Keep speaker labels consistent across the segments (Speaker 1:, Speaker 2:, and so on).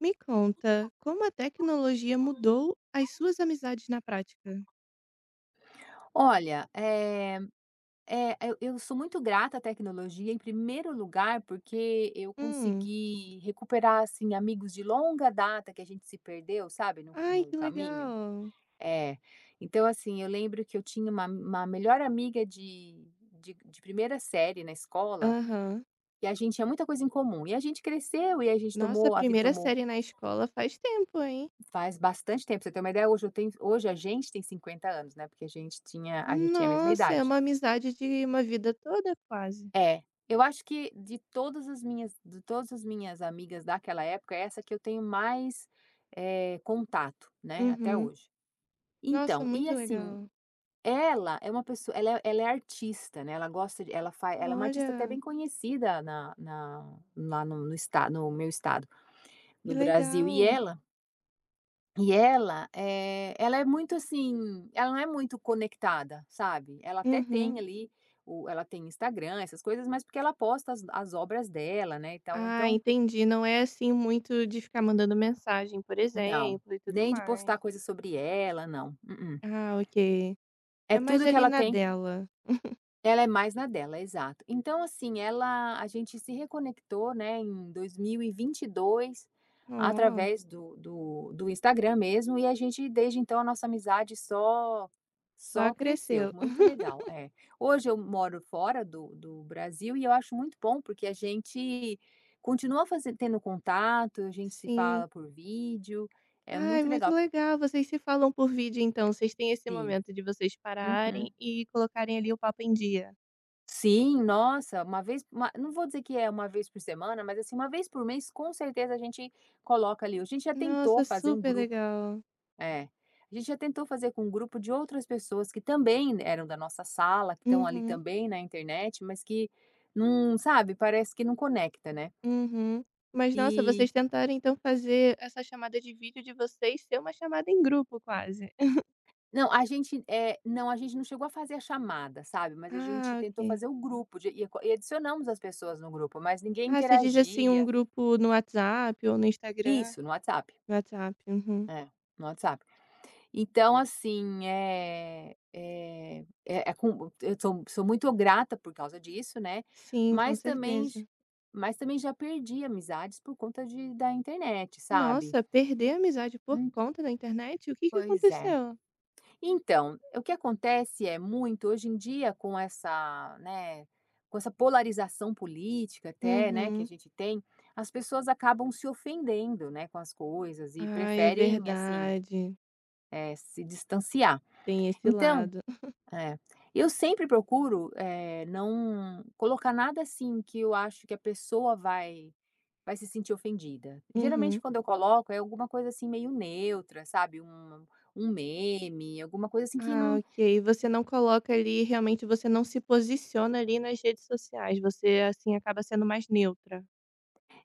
Speaker 1: Me conta, como a tecnologia mudou as suas amizades na prática?
Speaker 2: Olha, eu sou muito grata à tecnologia, em primeiro lugar, porque eu
Speaker 1: Hum.
Speaker 2: consegui recuperar, assim, amigos de longa data que a gente se perdeu, sabe, no
Speaker 1: Ai,
Speaker 2: no
Speaker 1: que
Speaker 2: caminho.
Speaker 1: legal.
Speaker 2: É. Então, assim, eu lembro que eu tinha uma melhor amiga de primeira série na escola,
Speaker 1: Aham.
Speaker 2: e a gente tinha muita coisa em comum. E a gente cresceu e a gente
Speaker 1: Nossa, a
Speaker 2: tomou a vida
Speaker 1: primeira
Speaker 2: tomou
Speaker 1: série na escola faz tempo, hein?
Speaker 2: faz bastante tempo, pra você ter uma ideia, hoje eu tenho hoje a gente tem 50 anos, né, porque a gente tinha a mesma
Speaker 1: Nossa, é
Speaker 2: idade.
Speaker 1: uma amizade de uma vida toda, quase.
Speaker 2: É, eu acho que de todas as minhas amigas daquela época, é essa que eu tenho mais, contato, né, até
Speaker 1: Uhum.
Speaker 2: hoje.
Speaker 1: Nossa,
Speaker 2: Então, e
Speaker 1: muito
Speaker 2: assim,
Speaker 1: legal.
Speaker 2: ela é artista, né, ela gosta de ela faz, ela é uma artista até
Speaker 1: Olha,
Speaker 2: bem conhecida na na lá no estado no meu estado,
Speaker 1: que
Speaker 2: no Brasil. E
Speaker 1: legal.
Speaker 2: ela, é, ela é muito assim, ela não é muito conectada, sabe. Ela até
Speaker 1: Uhum.
Speaker 2: tem ali, o ela tem Instagram, essas coisas, mas porque ela posta as obras dela, né, e tal.
Speaker 1: Ah,
Speaker 2: Então,
Speaker 1: entendi. Não é assim muito de ficar mandando mensagem, por
Speaker 2: não,
Speaker 1: exemplo, e tudo
Speaker 2: nem de
Speaker 1: mais.
Speaker 2: postar coisas sobre ela, não, mm-mm.
Speaker 1: Ah, ok.
Speaker 2: É
Speaker 1: É mais
Speaker 2: tudo que
Speaker 1: ali
Speaker 2: ela
Speaker 1: na
Speaker 2: tem.
Speaker 1: dela.
Speaker 2: Ela é mais na dela, exato. Então, assim, ela a gente se reconectou, né, em dois mil e vinte e dois
Speaker 1: Oh.
Speaker 2: através do Instagram mesmo, e a gente desde então a nossa amizade só
Speaker 1: Só
Speaker 2: cresceu,
Speaker 1: cresceu.
Speaker 2: muito legal, é. Hoje eu moro fora do Brasil e eu acho muito bom, porque a gente continua fazendo tendo contato, a gente se
Speaker 1: Sim.
Speaker 2: fala por vídeo, é
Speaker 1: Ai,
Speaker 2: muito
Speaker 1: muito
Speaker 2: legal.
Speaker 1: legal. Vocês se falam por vídeo, então? Vocês têm esse
Speaker 2: Sim.
Speaker 1: momento de vocês pararem
Speaker 2: Uhum.
Speaker 1: e colocarem ali o papo em dia?
Speaker 2: Sim, nossa, uma vez uma não vou dizer que é uma vez por semana, mas, assim, uma vez por mês, com certeza, a gente coloca ali. A gente já tentou
Speaker 1: Nossa,
Speaker 2: fazer um
Speaker 1: super
Speaker 2: grupo.
Speaker 1: legal.
Speaker 2: É. A gente já tentou fazer com um grupo de outras pessoas que também eram da nossa sala, que estão ali
Speaker 1: Uhum,
Speaker 2: também na internet, mas que não sabe, parece que não conecta, né.
Speaker 1: uhum. Mas, nossa, vocês
Speaker 2: E
Speaker 1: tentaram, então, fazer essa chamada de vídeo de vocês ser uma chamada em grupo, quase.
Speaker 2: não, a gente, é, não, a gente não chegou a fazer a chamada, sabe, mas a gente
Speaker 1: Ah,
Speaker 2: tentou
Speaker 1: ok.
Speaker 2: fazer o grupo de e adicionamos as pessoas no grupo, mas ninguém
Speaker 1: Ah, você diz, assim, um
Speaker 2: interagia.
Speaker 1: grupo no WhatsApp ou no Instagram?
Speaker 2: Isso, no WhatsApp.
Speaker 1: No WhatsApp, uhum.
Speaker 2: É, no WhatsApp. Então, assim, é é com eu sou muito grata por causa disso, né,
Speaker 1: Sim, com
Speaker 2: mas também j
Speaker 1: certeza.
Speaker 2: mas também já perdi amizades por conta de da internet, sabe.
Speaker 1: Nossa, perder a amizade por
Speaker 2: Hum,
Speaker 1: conta da internet? O que que
Speaker 2: pois é.
Speaker 1: aconteceu?
Speaker 2: Então, o que acontece é muito hoje em dia com essa, né, com essa polarização política até, né, que a
Speaker 1: Uhum.
Speaker 2: gente tem, as pessoas acabam se ofendendo, né, com as coisas e
Speaker 1: Ah, é
Speaker 2: preferem, assim,
Speaker 1: verdade.
Speaker 2: se distanciar.
Speaker 1: Tem esse
Speaker 2: Então.
Speaker 1: lado.
Speaker 2: É. Eu sempre procuro, não colocar nada, assim, que eu acho que a pessoa vai se sentir ofendida. Geralmente
Speaker 1: Uhum.
Speaker 2: quando eu coloco é alguma coisa, assim, meio neutra, sabe, um meme, alguma coisa, assim, que
Speaker 1: Ah,
Speaker 2: não
Speaker 1: ok. Você não coloca ali, realmente você não se posiciona ali nas redes sociais, você, assim, acaba sendo mais neutra.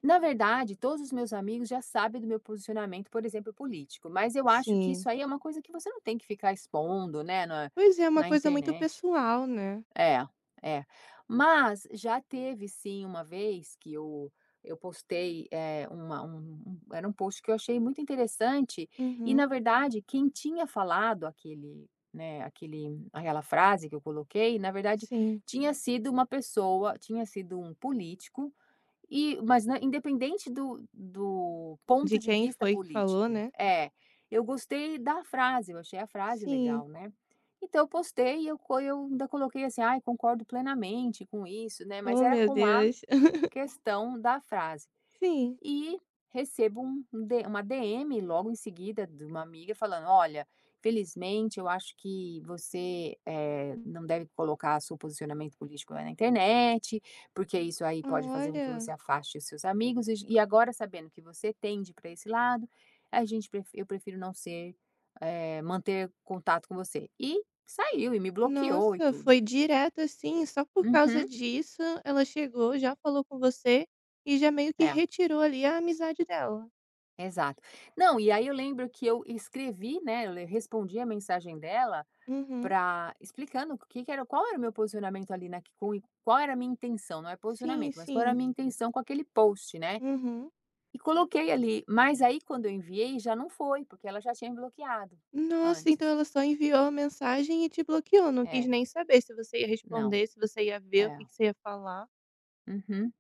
Speaker 2: na verdade todos os meus amigos já sabem do meu posicionamento, por exemplo, político, mas eu acho que
Speaker 1: Sim.
Speaker 2: isso aí é uma coisa que você não tem que ficar expondo, né, na
Speaker 1: Pois é, uma
Speaker 2: na
Speaker 1: coisa muito
Speaker 2: internet.
Speaker 1: pessoal, né.
Speaker 2: É, é. Mas já teve sim uma vez que eu postei, uma um um era um post que eu achei muito interessante e, na
Speaker 1: Uhum.
Speaker 2: verdade, quem tinha falado aquele, né, aquele aquela frase que eu coloquei, na verdade,
Speaker 1: Sim.
Speaker 2: tinha sido um político e mas na independente do
Speaker 1: De
Speaker 2: ponto de
Speaker 1: quem
Speaker 2: vista
Speaker 1: foi que falou,
Speaker 2: político.
Speaker 1: né.
Speaker 2: É, eu gostei da frase, eu achei a frase
Speaker 1: Sim.
Speaker 2: legal, né. Então eu postei e eu ainda coloquei assim: "Ai, concordo plenamente com isso", né, mas
Speaker 1: Oh,
Speaker 2: era
Speaker 1: meu
Speaker 2: com a
Speaker 1: Deus.
Speaker 2: questão da frase.
Speaker 1: Sim.
Speaker 2: E recebo um um D uma DM logo em seguida de uma amiga falando: "Olha, felizmente eu acho que você, não deve colocar seu posicionamento político na internet, porque isso aí pode fazer com que
Speaker 1: Olha.
Speaker 2: você afaste os seus amigos e agora sabendo que você tende para esse lado, a gente pref eu prefiro não ser, manter contato com você". E saiu e me bloqueou e
Speaker 1: Nossa,
Speaker 2: tudo.
Speaker 1: foi direto assim, só por causa
Speaker 2: Uhum,
Speaker 1: disso ela chegou, já falou com você e já meio que
Speaker 2: é.
Speaker 1: retirou ali a amizade dela.
Speaker 2: Exato. Não, e aí eu lembro que eu escrevi, né, eu le respondi a mensagem dela
Speaker 1: Uhum.
Speaker 2: para explicando o que que era qual era o meu posicionamento ali na que com qual era a minha intenção, não é
Speaker 1: Sim,
Speaker 2: posicionamento, mas qual era a
Speaker 1: sim.
Speaker 2: minha intenção com aquele post, né.
Speaker 1: Uhum.
Speaker 2: E coloquei ali, mas aí quando eu enviei já não foi, porque ela já tinha me bloqueado
Speaker 1: Nossa, então
Speaker 2: antes.
Speaker 1: ela só enviou a mensagem e te bloqueou, não quis
Speaker 2: É,
Speaker 1: nem saber se você ia
Speaker 2: não,
Speaker 1: responder, se você ia ver, o
Speaker 2: é.
Speaker 1: que que você ia falar.
Speaker 2: Uhum.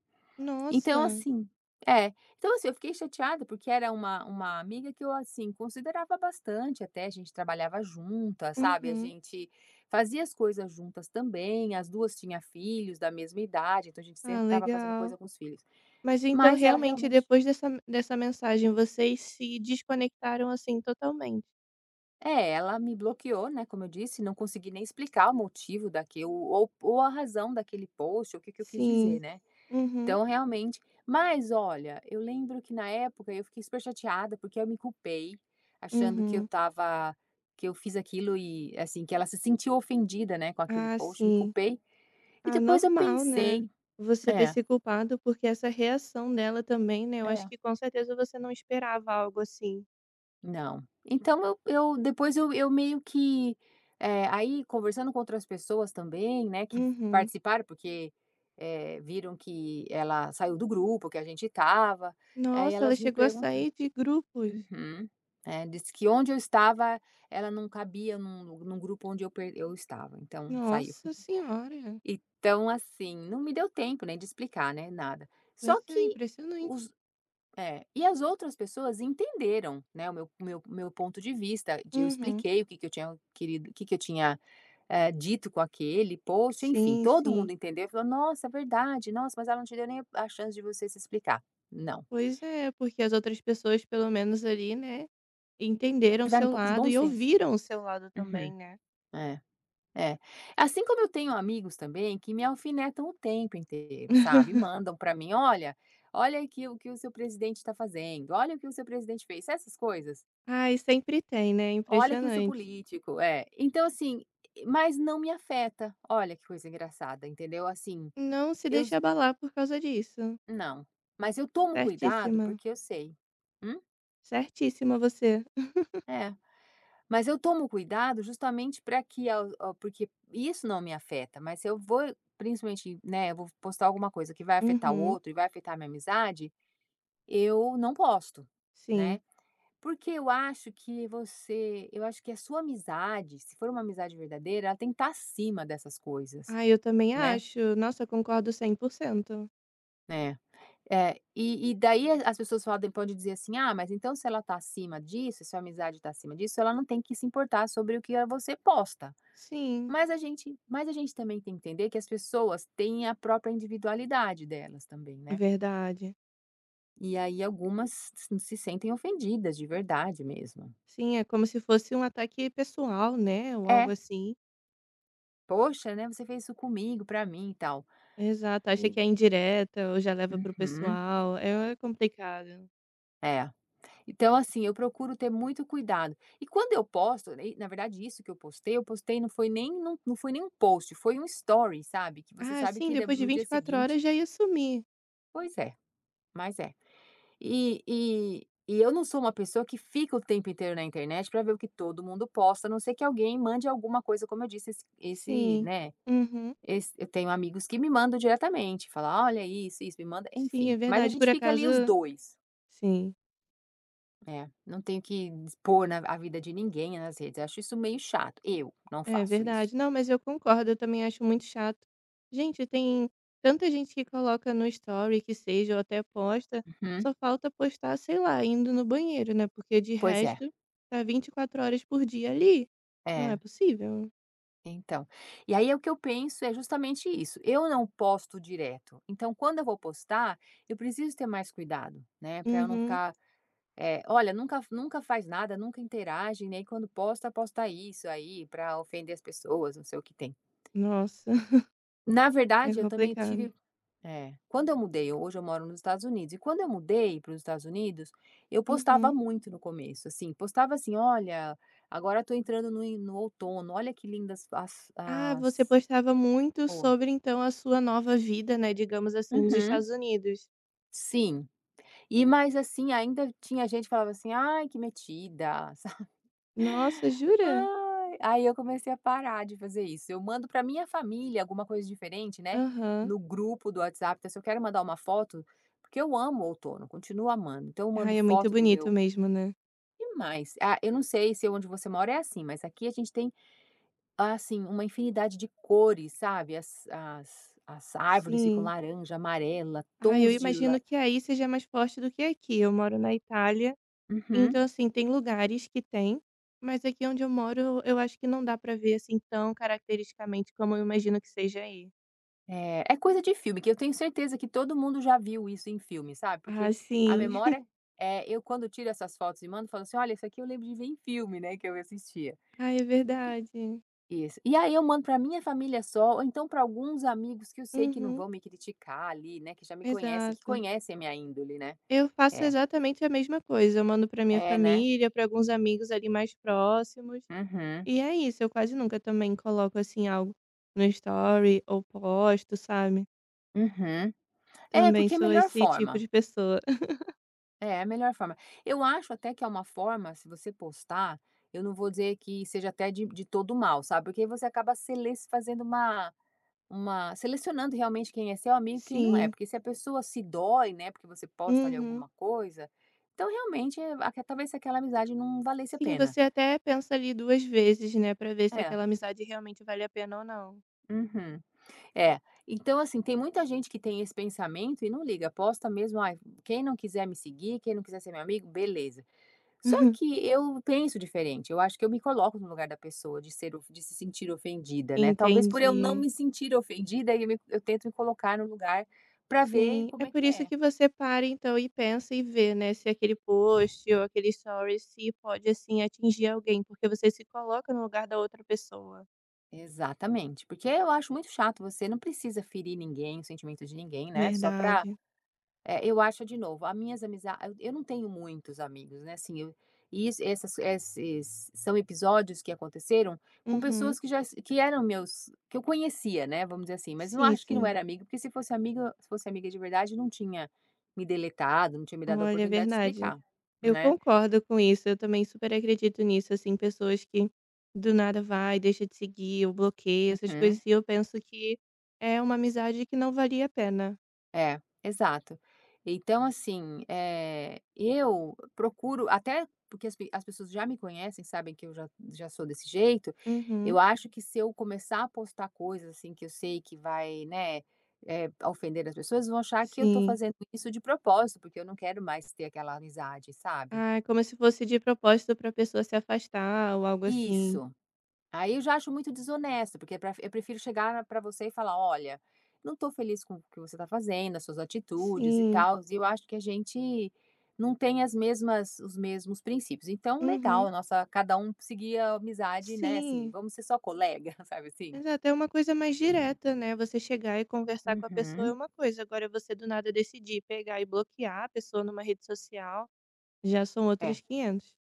Speaker 2: Então,
Speaker 1: Nossa.
Speaker 2: assim. É. Então, assim, eu fiquei chateada, porque era uma amiga que eu, assim, considerava bastante até, a gente trabalhava juntas, sabe, a
Speaker 1: Uhum.
Speaker 2: gente fazia as coisas juntas também, as 2 tinham filhos da mesma idade, então a gente
Speaker 1: Ah,
Speaker 2: sempre estava fazendo
Speaker 1: legal.
Speaker 2: coisa com os filhos.
Speaker 1: Mas então
Speaker 2: Mas ela
Speaker 1: realmente
Speaker 2: realmente,
Speaker 1: depois dessa mensagem vocês se desconectaram assim totalmente.
Speaker 2: é, ela me bloqueou, né, como eu disse, não consegui nem explicar o motivo daquilo ou a razão daquele post, ou o que que eu quis dizer,
Speaker 1: Sim.
Speaker 2: né.
Speaker 1: Uhum.
Speaker 2: Então, realmente, mas olha, eu lembro que na época eu fiquei super chateada, porque eu me culpei, achando que eu
Speaker 1: Uhum.
Speaker 2: estava que eu fiz aquilo e, assim, que ela se sentiu ofendida, né, com aquele
Speaker 1: Ah,
Speaker 2: post, me
Speaker 1: sim.
Speaker 2: culpei, e
Speaker 1: Ah,
Speaker 2: depois eu
Speaker 1: normal, né,
Speaker 2: pensei
Speaker 1: você ter
Speaker 2: é,
Speaker 1: se culpado, porque essa reação dela também, né, eu acho
Speaker 2: é,
Speaker 1: que com certeza você não esperava algo assim.
Speaker 2: não. Então eu depois eu meio que, aí conversando com outras pessoas também, né, que
Speaker 1: Uhum.
Speaker 2: participaram, porque, viram que ela saiu do grupo que a gente estava, aí
Speaker 1: Nossa, ela
Speaker 2: elas me
Speaker 1: chegou a
Speaker 2: perguntaram.
Speaker 1: sair de grupos.
Speaker 2: Uhum. É, disse que onde eu estava, ela não cabia num grupo onde eu estava, então saiu.
Speaker 1: Nossa senhora.
Speaker 2: Então, assim, não me deu tempo nem de explicar, né, nada.
Speaker 1: Pois
Speaker 2: Só
Speaker 1: é,
Speaker 2: que
Speaker 1: impressionante.
Speaker 2: os é, e as outras pessoas entenderam, né, o meu ponto de vista, de eu
Speaker 1: Uhum.
Speaker 2: expliquei o que que eu tinha querido o que que eu tinha, dito com aquele post, enfim,
Speaker 1: Sim,
Speaker 2: todo
Speaker 1: sim.
Speaker 2: mundo entendeu e falou: "Nossa, é verdade, nossa, mas ela não te deu nem a chance de você se explicar". Não,
Speaker 1: Pois é, porque as outras pessoas pelo menos ali, né, entenderam o
Speaker 2: tiveram um
Speaker 1: seu
Speaker 2: pouco de
Speaker 1: lado
Speaker 2: bom
Speaker 1: e
Speaker 2: senso.
Speaker 1: ouviram o seu lado também,
Speaker 2: Uhum,
Speaker 1: né.
Speaker 2: é. É. Assim como eu tenho amigos também que me alfinetam o tempo inteiro, sabe, mandam para mim: "Olha, olha aqui o que o seu presidente está fazendo, olha o que o seu presidente fez", sabe essas coisas?
Speaker 1: Ai, sempre tem, né,
Speaker 2: "Olha aqui o seu
Speaker 1: impressionante.
Speaker 2: político", é. Então, assim, mas não me afeta, olha que coisa engraçada, entendeu? Assim,
Speaker 1: Não se
Speaker 2: eu
Speaker 1: deixe
Speaker 2: s
Speaker 1: abalar por causa disso.
Speaker 2: não, mas eu tomo cuidado
Speaker 1: Certíssima,
Speaker 2: porque eu sei. Hum?
Speaker 1: certíssima você.
Speaker 2: É. Mas eu tomo cuidado justamente para que ao ao porque isso não me afeta, mas se eu vou principalmente, né, eu vou postar alguma coisa que vai afetar o
Speaker 1: Uhum,
Speaker 2: outro e vai afetar a minha amizade, eu não posto,
Speaker 1: sim.
Speaker 2: né. Porque eu acho que a sua amizade, se for uma amizade verdadeira, ela tem que estar acima dessas coisas,
Speaker 1: Ah, eu também
Speaker 2: né.
Speaker 1: acho. Nossa, concordo 100%,
Speaker 2: É. É, e daí as pessoas podem dizer assim: "Ah, mas então se ela tá acima disso, se a amizade tá acima disso, ela não tem que se importar sobre o que você posta".
Speaker 1: Sim,
Speaker 2: Mas a gente também tem que entender que as pessoas têm a própria individualidade delas também,
Speaker 1: é
Speaker 2: né.
Speaker 1: verdade.
Speaker 2: E aí algumas se sentem ofendidas de verdade mesmo.
Speaker 1: Sim, é como se fosse um ataque pessoal, né, ou algo
Speaker 2: É,
Speaker 1: assim.
Speaker 2: "Poxa, né, você fez isso comigo, pra mim e tal".
Speaker 1: Exato, acha
Speaker 2: E
Speaker 1: que é indireta ou já leva para o
Speaker 2: uhum,
Speaker 1: pessoal, é complicado.
Speaker 2: é. Então, assim, eu procuro ter muito cuidado. E quando eu posto, né, e na verdade isso que eu postei, não foi nem um post, foi um story, sabe, que você
Speaker 1: Ah,
Speaker 2: sabe
Speaker 1: sim,
Speaker 2: que da
Speaker 1: depois de
Speaker 2: no
Speaker 1: vinte
Speaker 2: dia
Speaker 1: e quatro
Speaker 2: seguinte
Speaker 1: horas já ia sumir.
Speaker 2: pois é, mas é. E eu não sou uma pessoa que fica o tempo inteiro na internet para ver o que todo mundo posta, a não ser que alguém mande alguma coisa, como eu disse, esse esse,
Speaker 1: Sim.
Speaker 2: né,
Speaker 1: Uhum.
Speaker 2: esse eu tenho amigos que me mandam diretamente, fala: "Olha isso, isso", me manda,
Speaker 1: Sim, é
Speaker 2: enfim. Mas a
Speaker 1: verdade.
Speaker 2: gente
Speaker 1: Por
Speaker 2: fica
Speaker 1: acaso
Speaker 2: ali os 2,
Speaker 1: sim.
Speaker 2: né, não tenho que expor na a vida de ninguém nas redes. Eu acho isso meio chato, eu não
Speaker 1: É
Speaker 2: faço isso.
Speaker 1: verdade. Não, mas eu concordo, eu também acho muito chato. Gente, tem tanta gente que coloca no story que seja ou até posta,
Speaker 2: Uhum.
Speaker 1: só falta postar, sei lá, indo no banheiro, né? Porque de
Speaker 2: Pois é,
Speaker 1: resto tá 24 horas por dia ali. Não é
Speaker 2: é.
Speaker 1: possível.
Speaker 2: Então, e aí é o que eu penso, justamente isso. Eu não posto direto. Então, quando eu vou postar, eu preciso ter mais cuidado, né? Para eu não
Speaker 1: Uhum.
Speaker 2: ficar, olha, nunca, nunca faz nada, nunca interage, nem quando posta, posta isso aí para ofender as pessoas, não sei o que tem.
Speaker 1: Nossa,
Speaker 2: Na
Speaker 1: é
Speaker 2: verdade, eu também
Speaker 1: complicado.
Speaker 2: tive, é, quando eu mudei, hoje eu moro nos Estados Unidos, e quando eu mudei para os Estados Unidos, eu postava
Speaker 1: Uhum.
Speaker 2: muito no começo, assim, postava assim, olha, agora estou entrando no, no outono, olha que lindas
Speaker 1: Ah, você postava muito sobre então a sua nova vida, né, digamos assim, nos
Speaker 2: Uhum,
Speaker 1: Estados Unidos.
Speaker 2: sim. E mas, assim, ainda tinha gente que falava assim: "Ai, que metida", sa
Speaker 1: Nossa, jura?
Speaker 2: ai, aí eu comecei a parar de fazer isso. Eu mando para minha família alguma coisa diferente, né,
Speaker 1: Aham.
Speaker 2: no grupo do WhatsApp. Então, se eu quero mandar uma foto porque eu amo o outono, continuo amando, então eu
Speaker 1: Ai,
Speaker 2: mando
Speaker 1: é muito
Speaker 2: foto do
Speaker 1: bonito
Speaker 2: meu
Speaker 1: mesmo, né?
Speaker 2: e mais. Ah, eu não sei se onde você mora é assim, mas aqui a gente tem, assim, uma infinidade de cores, sabe, as árvores ficam
Speaker 1: Sim.
Speaker 2: laranja, amarela,
Speaker 1: Ah, eu
Speaker 2: tons de la
Speaker 1: imagino que aí seja mais forte do que aqui. Eu moro na Itália,
Speaker 2: uhum.
Speaker 1: então assim, tem lugares que tem, mas aqui onde eu moro, eu acho que não dá pra ver assim tão caracteristicamente como eu imagino que seja aí.
Speaker 2: É, é coisa de filme, que eu tenho certeza que todo mundo já viu isso em filme, sabe?
Speaker 1: Ah,
Speaker 2: Porque a
Speaker 1: sim.
Speaker 2: memória, é, eu quando tiro essas fotos e mando, falo assim: olha, isso aqui eu lembro de ver em filme, né? Que eu assistia.
Speaker 1: Ah, é verdade.
Speaker 2: Isso. E aí eu mando para minha família só, ou então para alguns amigos que eu sei que não
Speaker 1: Uhum,
Speaker 2: vão me criticar ali, né? Que já me conhecem, que
Speaker 1: exato.
Speaker 2: conhecem a minha índole, né?
Speaker 1: Eu faço
Speaker 2: É.
Speaker 1: exatamente a mesma coisa. Eu mando pra minha
Speaker 2: É, né?
Speaker 1: família, pra alguns amigos ali mais próximos.
Speaker 2: Uhum.
Speaker 1: E é isso, eu quase nunca também coloco assim algo no story ou posto, sabe?
Speaker 2: Uhum. É,
Speaker 1: Também
Speaker 2: porque é a
Speaker 1: sou
Speaker 2: melhor
Speaker 1: esse tipo
Speaker 2: forma.
Speaker 1: de pessoa.
Speaker 2: É, a melhor forma. Eu acho até que é uma forma, se você postar, eu não vou dizer que seja até de todo mal, sabe? Porque aí você acaba sele fazendo uma, selecionando realmente quem é seu amigo e quem não é.
Speaker 1: Sim.
Speaker 2: Porque se a pessoa se dói, né? Porque você posta ali
Speaker 1: Uhum.
Speaker 2: alguma coisa, então realmente é, aque- talvez aquela amizade não valesse a
Speaker 1: Sim,
Speaker 2: pena.
Speaker 1: você até pensa ali 2 vezes, né, pra ver se
Speaker 2: É.
Speaker 1: aquela amizade realmente vale a pena ou não.
Speaker 2: Uhum. É. Então, assim, tem muita gente que tem esse pensamento e não liga, posta mesmo, ai, quem não quiser me seguir, quem não quiser ser meu amigo, beleza. Só que eu penso diferente, eu acho que eu me coloco no lugar da pessoa de ser of de se sentir ofendida, né, talvez por eu não
Speaker 1: Entendi.
Speaker 2: me sentir ofendida eu tento me colocar no lugar para ver
Speaker 1: Sim, é
Speaker 2: como é
Speaker 1: por
Speaker 2: que
Speaker 1: isso
Speaker 2: é.
Speaker 1: que você para então e pensa e vê, né, se aquele post ou aquele story se pode, assim, atingir alguém, porque você se coloca no lugar da outra pessoa.
Speaker 2: Exatamente, porque eu acho muito chato, você não precisa ferir ninguém, o sentimento de ninguém, né, só para.
Speaker 1: Verdade.
Speaker 2: É, eu acho de novo, as minhas amiza eu não tenho muitos amigos, né, assim, eu e isso essas esses são episódios que aconteceram com
Speaker 1: Uhum.
Speaker 2: pessoas que já es que eram meus que eu conhecia, né, vamos dizer assim, mas não
Speaker 1: Sim,
Speaker 2: acho que não
Speaker 1: sim.
Speaker 2: era amigo, porque se fosse amiga se fosse amiga de verdade, não tinha me deletado, não tinha me dado a
Speaker 1: Olha, é
Speaker 2: oportunidade de
Speaker 1: verdade.
Speaker 2: explicar,
Speaker 1: Eu
Speaker 2: né.
Speaker 1: concordo com isso, eu também super acredito nisso, assim, pessoas que do nada vai, deixa de seguir, ou bloqueia, essas
Speaker 2: Uhum.
Speaker 1: coisas, e eu penso que é uma amizade que não valia a pena.
Speaker 2: É, exato. Então, assim, eu procuro até porque as pe as pessoas já me conhecem, sabem que eu já sou desse jeito,
Speaker 1: Uhum,
Speaker 2: eu acho que se eu começar a postar coisas, assim, que eu sei que vai, né, ofender as pessoas, vão achar que eu tô
Speaker 1: sim.
Speaker 2: fazendo isso de propósito, porque eu não quero mais ter aquela amizade, sabe.
Speaker 1: Ah, é como se fosse de propósito pra pessoa se afastar ou algo assim.
Speaker 2: Isso. Aí eu já acho muito desonesto, porque é pra eu prefiro chegar para você e falar: "Olha, não estou feliz com o que você está fazendo, as suas atitudes e
Speaker 1: Sim.
Speaker 2: tal. E eu acho que a gente não tem as mesmas os mesmos princípios. Então,
Speaker 1: Uhum.
Speaker 2: legal, nossa cada um seguir a amizade, né, assim,
Speaker 1: Sim.
Speaker 2: vamos ser só colega", sabe assim?
Speaker 1: Mas é até uma coisa mais direta, né? Você chegar e conversar com a pessoa é
Speaker 2: Uhum.
Speaker 1: uma coisa, agora você do nada decidir pegar e bloquear a pessoa numa rede social. Já são
Speaker 2: É.
Speaker 1: outros quinhentos.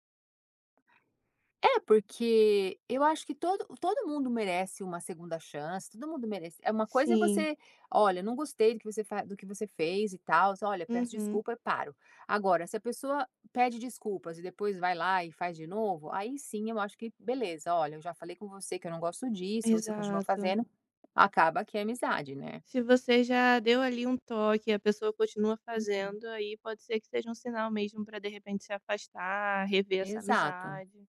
Speaker 2: É, porque eu acho que todo mundo merece uma segunda chance, todo mundo merece. É, uma coisa é
Speaker 1: Sim.
Speaker 2: você: "Olha, não gostei do que você fa do que você fez e tal, olha, peço
Speaker 1: Uhum.
Speaker 2: desculpa e paro". Agora, se a pessoa pede desculpas e depois vai lá e faz de novo, aí sim eu acho que beleza, olha, eu já falei com você que eu não gosto disso, você continua
Speaker 1: Exato.
Speaker 2: fazendo, acaba que é amizade, né.
Speaker 1: Se você já deu ali um toque e a pessoa continua
Speaker 2: Uhum.
Speaker 1: fazendo, aí pode ser que seja um sinal mesmo para de repente, se afastar, rever essa
Speaker 2: Exato,
Speaker 1: amizade.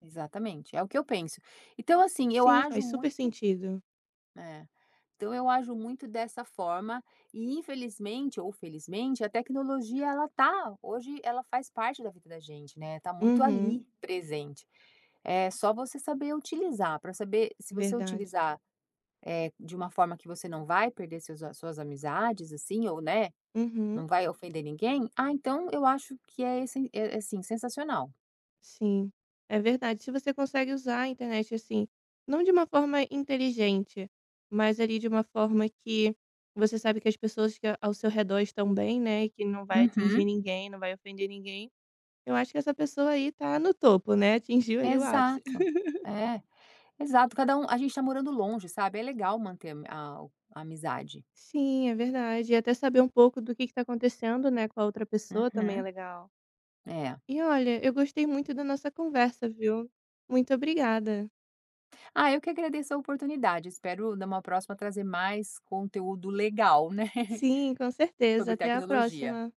Speaker 2: exatamente, é o que eu penso. Então, assim, eu
Speaker 1: Sim,
Speaker 2: ajo
Speaker 1: faz super
Speaker 2: muito.
Speaker 1: sentido.
Speaker 2: É. Então eu ajo muito dessa forma e infelizmente ou felizmente a tecnologia ela tá hoje, ela faz parte da vida da gente, né, tá muito
Speaker 1: Uhum.
Speaker 2: ali presente. É só você saber utilizar, para saber se você
Speaker 1: Verdade.
Speaker 2: utilizar, é de uma forma que você não vai perder seus a suas amizades, assim, ou, né,
Speaker 1: Uhum.
Speaker 2: não vai ofender ninguém, ah, então eu acho que é essen é, assim, sensacional.
Speaker 1: Sim, é verdade. Se você consegue usar a internet assim, não de uma forma inteligente, mas ali de uma forma que você sabe que as pessoas que ao seu redor estão bem, né? E que não vai atingir
Speaker 2: Uhum.
Speaker 1: ninguém, não vai ofender ninguém. Eu acho que essa pessoa aí tá no topo, né? Atingiu ali o ápice.
Speaker 2: Exato. É, exato, cada um a gente tá morando longe, sabe, é legal manter a amizade.
Speaker 1: Sim, é verdade. E até saber um pouco do que tá acontecendo, né, com a outra pessoa também é
Speaker 2: Uhum,
Speaker 1: legal.
Speaker 2: é.
Speaker 1: E olha, eu gostei muito da nossa conversa, viu? Muito obrigada.
Speaker 2: Ah, eu que agradeço a oportunidade. Espero numa próxima trazer mais conteúdo legal, né,
Speaker 1: Sim, com certeza.
Speaker 2: sobre
Speaker 1: Até a
Speaker 2: tecnologia.
Speaker 1: próxima.